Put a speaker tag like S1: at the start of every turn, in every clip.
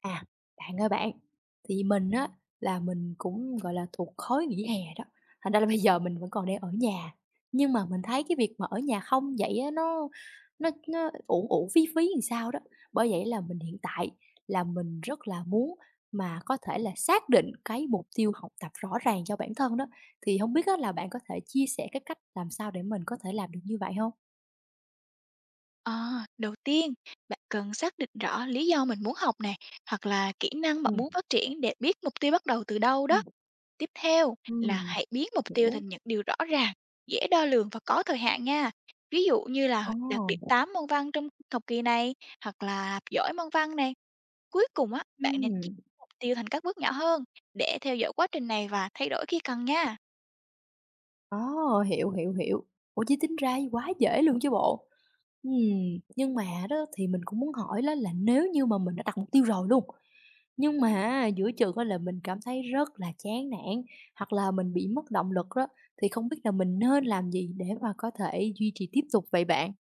S1: À, bạn ơi bạn, thì mình á là mình cũng, gọi là, thuộc khối nghỉ hè đó, thành ra là bây giờ mình vẫn còn đang ở nhà. Nhưng mà mình thấy cái việc mà ở nhà không vậy á, nó uổng uổng phí phí làm sao đó. Bởi vậy là mình hiện tại là mình rất là muốn mà có thể là xác định cái mục tiêu học tập rõ ràng cho bản thân đó, thì không biết á là bạn có thể chia sẻ cái cách làm sao để mình có thể làm được như vậy không?
S2: Ờ, đầu tiên, bạn cần xác định rõ lý do mình muốn học này hoặc là kỹ năng bạn
S1: Ừ.
S2: muốn phát triển để biết mục tiêu bắt đầu từ đâu
S1: Ừ.
S2: đó. Tiếp theo là
S1: Ừm,
S2: hãy biến mục tiêu
S1: hiểu.
S2: thành những điều rõ ràng, dễ đo lường và có thời hạn nha. Ví dụ như là đạt điểm
S1: Ồ.
S2: 8 môn văn trong học kỳ này, hoặc là học giỏi môn văn này. Cuối cùng á,
S1: Ừ.
S2: bạn nên chia mục tiêu thành các bước nhỏ hơn để theo dõi quá trình này và thay đổi khi cần nha.
S1: Ồ, hiểu, hiểu, hiểu. Ủa, chứ tính ra quá dễ luôn chứ bộ. Ừm, nhưng mà đó thì mình cũng muốn hỏi đó là nếu như mà mình đã đặt mục tiêu rồi luôn, nhưng mà giữa chừng á là mình cảm thấy rất là chán nản, hoặc là mình bị mất động lực đó, thì không biết là mình nên làm gì để mà có thể duy trì tiếp tục vậy bạn?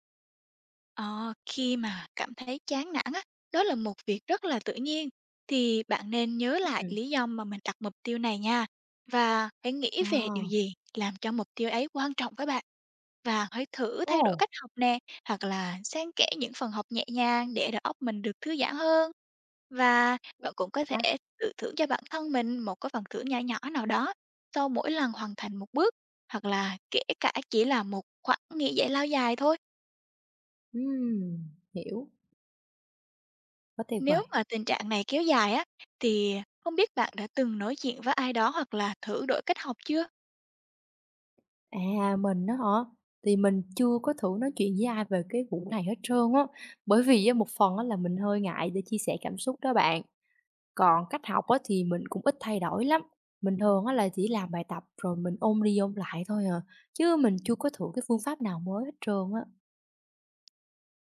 S2: Ờ, khi mà cảm thấy chán nản á, đó là một việc rất là tự nhiên, thì bạn nên nhớ lại
S1: Ừm,
S2: lý do mà mình đặt mục tiêu này nha, và hãy nghĩ
S1: ờ,
S2: về điều gì làm cho mục tiêu ấy quan trọng với bạn. Và hãy thử thay đổi
S1: ồ,
S2: cách học nè, hoặc là xen kẽ những phần học nhẹ nhàng để đầu óc mình được thư giãn hơn. Và bạn cũng có
S1: ta?
S2: thể tự thưởng cho bản thân mình một cái phần thưởng nhỏ nhỏ nào đó sau mỗi lần hoàn thành một bước, hoặc là kể cả chỉ là một khoảng nghỉ giải lao dài thôi.
S1: Ừm, hiểu, quá tuyệt vời.
S2: Nếu mà tình trạng này kéo dài á, thì không biết bạn đã từng nói chuyện với ai đó hoặc là thử đổi cách học chưa?
S1: À, mình đó hả? Thì mình chưa có thử nói chuyện với ai về cái vụ này hết trơn á. Bởi vì á, một phần á là mình hơi ngại để chia sẻ cảm xúc đó bạn. Còn cách học á thì mình cũng ít thay đổi lắm. Mình thường á là chỉ làm bài tập rồi mình ôn đi ôn lại thôi à. Chứ mình chưa có thử cái phương pháp nào mới hết trơn á.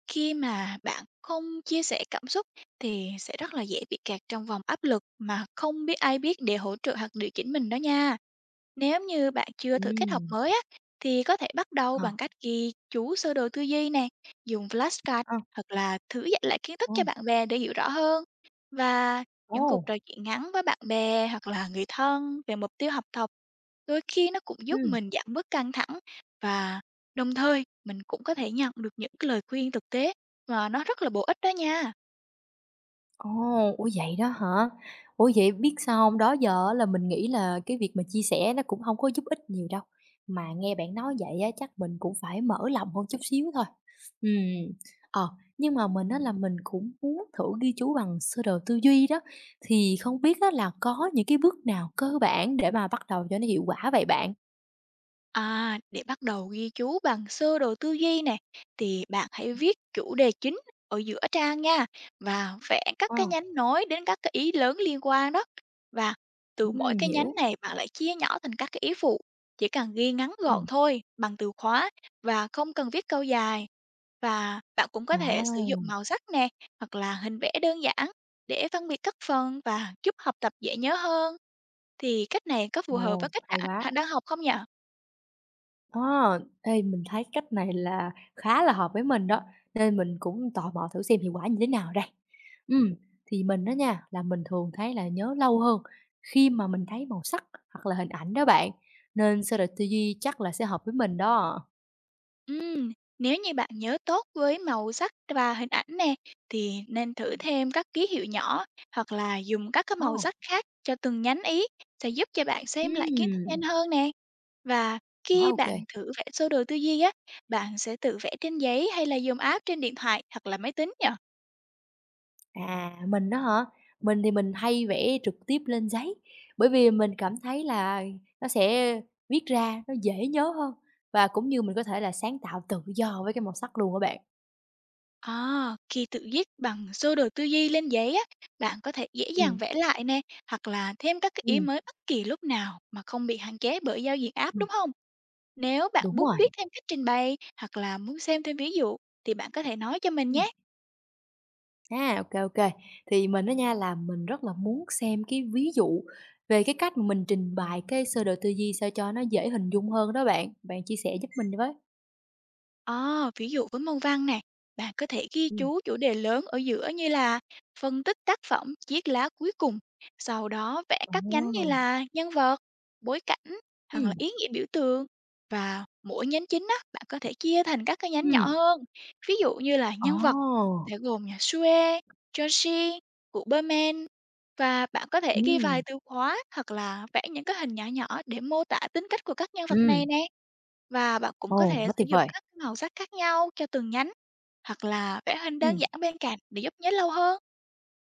S2: Khi mà bạn không chia sẻ cảm xúc thì sẽ rất là dễ bị kẹt trong vòng áp lực mà không biết ai biết để hỗ trợ hoặc điều chỉnh mình đó nha. Nếu như bạn chưa thử cách học
S1: Ừ.
S2: mới á, thì có thể bắt đầu
S1: Ờ.
S2: bằng cách ghi chú sơ đồ tư duy nè, dùng flashcard,
S1: Ờ.
S2: hoặc là thử dạy lại kiến thức
S1: Ồ.
S2: cho bạn bè để hiểu rõ hơn. Và những cuộc trò
S1: Ồ.
S2: chuyện ngắn với bạn bè hoặc là người thân về mục tiêu học tập, đôi khi nó cũng giúp
S1: Ừ.
S2: mình giảm bớt căng thẳng, và đồng thời mình cũng có thể nhận được những cái lời khuyên thực tế mà nó rất là bổ ích đó nha.
S1: Ồ! Ủa, vậy đó hả? Ủa, vậy biết sao không? Đó giờ á là mình nghĩ là cái việc mà chia sẻ nó cũng không có giúp ích nhiều đâu, mà nghe bạn nói vậy á chắc mình cũng phải mở lòng hơn chút xíu thôi. Ừm, ờ, nhưng mà mình á là mình cũng muốn thử ghi chú bằng sơ đồ tư duy đó, thì không biết á là có những cái bước nào cơ bản để mà bắt đầu cho nó hiệu quả vậy bạn?
S2: À, để bắt đầu ghi chú bằng sơ đồ tư duy này thì bạn hãy viết chủ đề chính ở giữa trang nha, và vẽ các cái
S1: Ờ,
S2: nhánh nối đến các cái ý lớn liên quan đó. Và từ mỗi cái nhánh
S1: hiểu.
S2: này bạn lại chia nhỏ thành các cái ý phụ, chỉ cần ghi ngắn gọn
S1: Ừm,
S2: thôi bằng từ khóa và không cần viết câu dài. Và bạn cũng có thể sử dụng
S1: à,
S2: màu sắc nè, hoặc là hình vẽ đơn giản để phân biệt các phần và giúp học tập dễ nhớ hơn. Thì cách này có phù hợp
S1: ồ,
S2: với cách
S1: hay quá!
S2: bạn đang học không nhỉ?
S1: Ờ, ê, mình thấy cách này là khá là hợp với mình đó, nên mình cũng tò mò thử xem hiệu quả như thế nào đây. Ừm, thì mình đó nha, là mình thường thấy là nhớ lâu hơn khi mà mình thấy màu sắc hoặc là hình ảnh đó bạn, nên sơ đồ tư duy chắc là sẽ hợp với mình đó.
S2: Ừm, nếu như bạn nhớ tốt với màu sắc và hình ảnh nè, thì nên thử thêm các ký hiệu nhỏ hoặc là dùng các cái
S1: Ồ,
S2: màu sắc khác cho từng nhánh ý, sẽ giúp cho bạn xem lại kiến thức nhanh
S1: ừm,
S2: hơn nè. Và khi
S1: quá OK.
S2: bạn thử vẽ sơ đồ tư duy á, bạn sẽ tự vẽ trên giấy hay là dùng app trên điện thoại hoặc là máy tính nhỉ?
S1: À, mình đó hả? Mình thì mình hay vẽ trực tiếp lên giấy, bởi vì mình cảm thấy là nó sẽ viết ra nó dễ nhớ hơn và cũng như mình có thể là sáng tạo tự do với cái màu sắc luôn các bạn.
S2: À, khi tự viết bằng sơ đồ tư duy lên giấy á, bạn có thể dễ dàng
S1: Ừm,
S2: vẽ lại nè, hoặc là thêm các cái ý
S1: ừm,
S2: mới bất kỳ lúc nào mà không bị hạn chế bởi giao diện app
S1: ừm,
S2: đúng không? Nếu bạn
S1: đúng
S2: muốn
S1: rồi.
S2: biết thêm cách trình bày hoặc là muốn xem thêm ví dụ thì bạn có thể nói cho mình
S1: Ừm,
S2: nhé.
S1: à, ok kê. Thì mình đó nha là mình rất là muốn xem cái ví dụ về cái cách mà mình trình bày cái sơ đồ tư duy sao cho nó dễ hình dung hơn đó bạn. Bạn chia sẻ giúp mình với.
S2: Ờ, ví dụ với môn Văn nè, bạn có thể ghi
S1: Ừm.
S2: chú chủ đề lớn ở giữa, như là phân tích tác phẩm Chiếc lá cuối cùng, sau đó vẽ
S1: Ồ!
S2: các nhánh như là nhân vật, bối cảnh, hoặc là
S1: Ừm,
S2: ý nghĩa biểu tượng. Và mỗi nhánh chính á, bạn có thể chia thành các cái nhánh nhỏ
S1: Ừm,
S2: hơn. Ví dụ như là nhân vật
S1: ồ!
S2: sẽ gồm nhà Sue, Joshi, Superman, và bạn có thể ghi vài từ khóa hoặc là vẽ những cái hình nhỏ nhỏ để mô tả tính cách của các nhân vật này
S1: Ừm.
S2: nè. Và bạn cũng có
S1: Ồ,
S2: thể
S1: quá
S2: sử
S1: tuyệt
S2: dụng
S1: vời!
S2: các màu sắc khác nhau cho từng nhánh, hoặc là vẽ hình đơn
S1: Ừm.
S2: giản bên cạnh để giúp nhớ lâu hơn.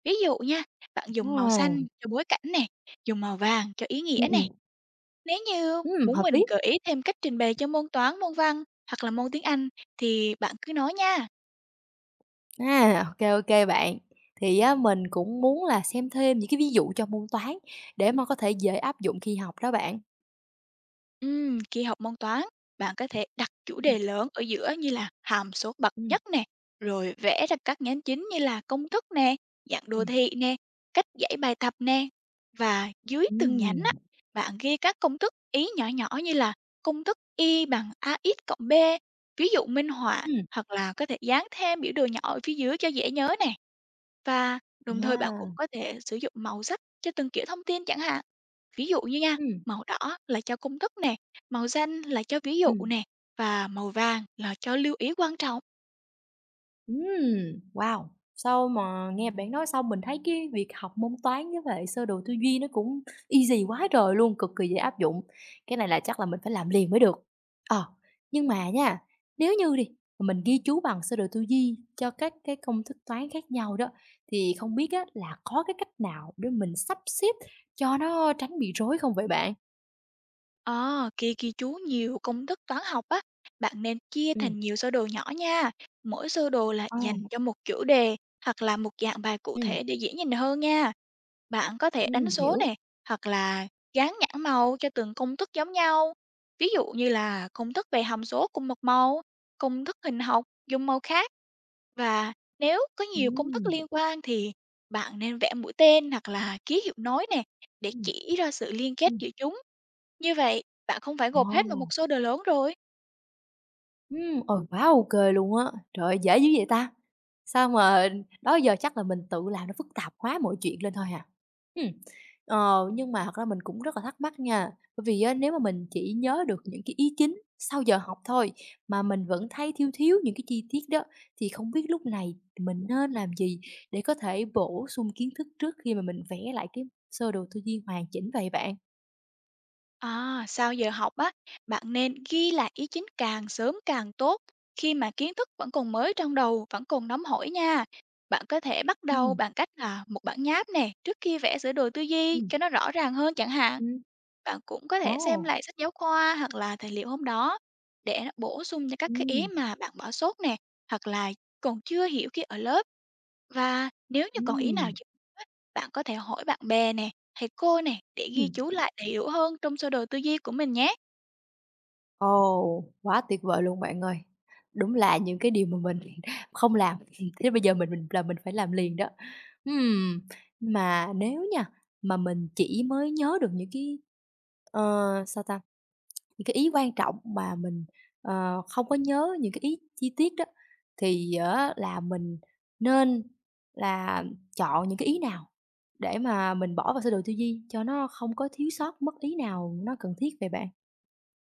S2: Ví dụ nha, bạn dùng màu xanh
S1: Ồ,
S2: cho bối cảnh nè, dùng màu vàng cho ý nghĩa
S1: ừm,
S2: nè.
S1: ừm,
S2: Nếu như muốn
S1: hợp
S2: mình
S1: lý.
S2: gợi ý thêm cách trình bày cho môn toán, môn văn, hoặc là môn tiếng Anh thì bạn cứ nói nha.
S1: À, ô kê bạn. Thì á mình cũng muốn là xem thêm những cái ví dụ cho môn Toán để mà có thể dễ áp dụng khi học đó bạn.
S2: Khi học môn toán, bạn có thể đặt chủ
S1: Ừm,
S2: đề lớn ở giữa như là hàm số bậc
S1: ừm,
S2: nhất nè, rồi vẽ ra các nhánh chính như là công thức nè, dạng đồ
S1: ừm,
S2: thị nè, cách giải bài tập nè. Và dưới từng nhánh á,
S1: ừm,
S2: bạn ghi các công thức ý nhỏ nhỏ, như là công thức Y bằng AX cộng B, ví dụ minh họa,
S1: ừm,
S2: hoặc là có thể dán thêm biểu đồ nhỏ ở phía dưới cho dễ nhớ nè. Và đồng thời bạn cũng
S1: à,
S2: có thể sử dụng màu sắc cho từng kiểu thông tin chẳng hạn. Ví dụ như nha,
S1: ừm,
S2: màu đỏ là cho công thức nè, màu xanh là cho ví dụ
S1: ừm.
S2: nè, và màu vàng là cho lưu ý quan trọng.
S1: Ừm, wow! Sau mà nghe bạn nói xong mình thấy cái việc học môn toán với lại sơ đồ tư duy nó cũng easy quá trời luôn, cực kỳ dễ áp dụng. Cái này là chắc là mình phải làm liền mới được. Ờ, nhưng mà nha, nếu như đi, mà mình ghi chú bằng sơ đồ tư duy cho các cái công thức toán khác nhau đó, thì không biết á là có cái cách nào để mình sắp xếp cho nó tránh bị rối không vậy bạn?
S2: Ờ, khi ghi chú nhiều công thức toán học á, bạn nên chia
S1: Ừ.
S2: thành nhiều sơ đồ nhỏ nha. Mỗi sơ đồ là
S1: Ờ,
S2: dành cho một chủ đề hoặc là một dạng bài cụ
S1: ừm,
S2: thể để dễ nhìn hơn nha. Bạn có thể đánh số
S1: hiểu.
S2: nè, hoặc là dán nhãn màu cho từng công thức giống nhau. Ví dụ như là công thức về hàm số cùng một màu, công thức hình học dùng màu khác. Và nếu có
S1: Ừ.
S2: nhiều công thức liên quan thì bạn nên vẽ mũi tên hoặc là ký hiệu nối nè để
S1: Ừ.
S2: chỉ ra sự liên kết
S1: Ừm,
S2: giữa chúng. Như vậy, bạn không phải
S1: ờ.
S2: gộp hết vào một số đồ lớn rồi.
S1: Ôi, quá ok luôn á! Trời ơi, dễ dữ vậy ta? Sao mà đó giờ chắc là mình tự làm nó phức tạp hóa mọi chuyện lên thôi à? Ừm, ờ, nhưng mà thật ra mình cũng rất là thắc mắc nha, bởi vì á, nếu mà mình chỉ nhớ được những cái ý chính sau giờ học thôi, mà mình vẫn thấy thiếu thiếu những cái chi tiết đó, thì không biết lúc này mình nên làm gì để có thể bổ sung kiến thức trước khi mà mình vẽ lại cái sơ đồ tư duy hoàn chỉnh vậy bạn?
S2: À, sau giờ học á, bạn nên ghi lại ý chính càng sớm càng tốt, khi mà kiến thức vẫn còn mới trong đầu, vẫn còn nóng hổi nha. Bạn có thể bắt đầu
S1: Ừm,
S2: bằng cách là một bản nháp nè, trước khi vẽ sửa đồ tư duy
S1: ừm,
S2: cho nó rõ ràng hơn chẳng hạn.
S1: ừm.
S2: Bạn cũng có thể xem
S1: Ồ!
S2: lại sách giáo khoa hoặc là tài liệu hôm đó để nó bổ sung cho các cái ý
S1: Ừm,
S2: mà bạn bỏ sót nè, hoặc là còn chưa hiểu khi ở lớp. Và nếu như còn ý nào
S1: ừm,
S2: chưa hiểu á, bạn có thể hỏi bạn bè nè, thầy cô nè, để ghi
S1: ừm.
S2: chú lại, để hiểu hơn trong sơ đồ tư duy của mình nhé.
S1: Ồ, quá tuyệt vời luôn bạn ơi! Đúng là những cái điều mà mình không làm, thế bây giờ mình là mình phải làm liền đó. Ừm, mà nếu nha, mà mình chỉ mới nhớ được những cái, ờ, sao ta, những cái ý quan trọng mà mình, không có nhớ những cái ý chi tiết đó, thì á là mình nên là chọn những cái ý nào để mà mình bỏ vào sơ đồ tư duy cho nó không có thiếu sót mất ý nào nó cần thiết về bạn?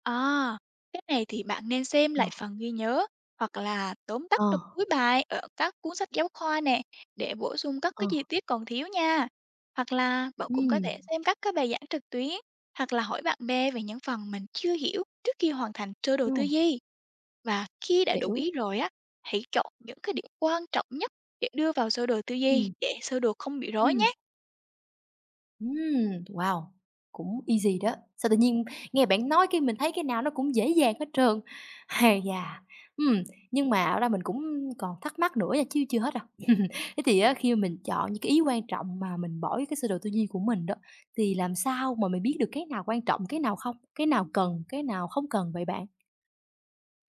S2: À, cái này thì bạn nên xem
S1: Ờ,
S2: lại phần ghi nhớ hoặc là tóm tắt
S1: ờ,
S2: trong cuối bài ở các cuốn sách giáo khoa nè, để bổ sung các cái
S1: ờ,
S2: chi tiết còn thiếu nha. Hoặc là bạn cũng có thể
S1: ừm.
S2: xem các cái bài giảng trực tuyến, hoặc là hỏi bạn bè về những phần mình chưa hiểu trước khi hoàn thành sơ đồ tư
S1: Ừm,
S2: duy. Và khi đã đủ
S1: hiểu.
S2: ý rồi á, hãy chọn những cái điểm quan trọng nhất để đưa vào sơ đồ tư duy,
S1: Ừm.
S2: để sơ đồ không bị rối
S1: Ừm,
S2: nhé.
S1: ừm, wow, cũng easy đó. Sao tự nhiên nghe bạn nói cái mình thấy cái nào nó cũng dễ dàng hết trơn. hay da! Ừm, nhưng mà ở đây mình cũng còn thắc mắc nữa nha, chứ chưa hết đâu. Thế thì á, khi mà mình chọn những cái ý quan trọng mà mình bỏ vô cái sơ đồ tư duy của mình đó, thì làm sao mà mình biết được cái nào quan trọng, cái nào không? Cái nào cần, cái nào không cần vậy bạn?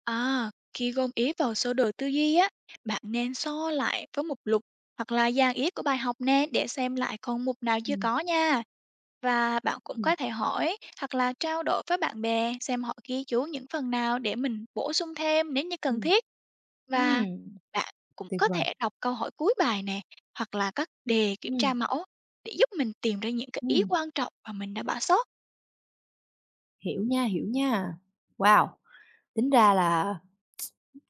S2: À, khi gom ý vào sơ đồ tư duy á, bạn nên so lại với mục lục hoặc là dàn ý của bài học nè, để xem lại còn mục nào chưa
S1: Ừm,
S2: có nha. Và bạn cũng
S1: ừm,
S2: có thể hỏi hoặc là trao đổi với bạn bè xem họ ghi chú những phần nào để mình bổ sung thêm nếu như cần
S1: ừm.
S2: thiết. Và
S1: Ừm,
S2: bạn cũng
S1: tuyệt
S2: có
S1: vời.
S2: thể đọc câu hỏi cuối bài nè, hoặc là các đề kiểm tra
S1: Ừm,
S2: mẫu để giúp mình tìm ra những cái ý
S1: ừm,
S2: quan trọng mà mình đã bỏ sót.
S1: hiểu nha, hiểu nha. Wow! Tính ra là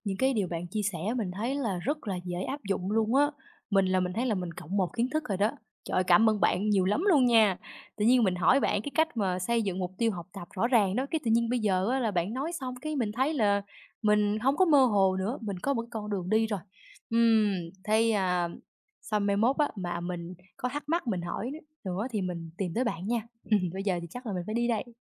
S1: những cái điều bạn chia sẻ mình thấy là rất là dễ áp dụng luôn á. Mình là mình thấy là mình cộng một kiến thức rồi đó. Trời ơi, cảm ơn bạn nhiều lắm luôn nha. Tự nhiên mình hỏi bạn cái cách mà xây dựng mục tiêu học tập rõ ràng đó, cái tự nhiên bây giờ á là bạn nói xong cái mình thấy là mình không có mơ hồ nữa, mình có một cái con đường đi rồi. Ừm, thấy, à, xong mai mốt á mà mình có thắc mắc mình hỏi nữa thì mình tìm tới bạn nha. Bây giờ thì chắc là mình phải đi đây.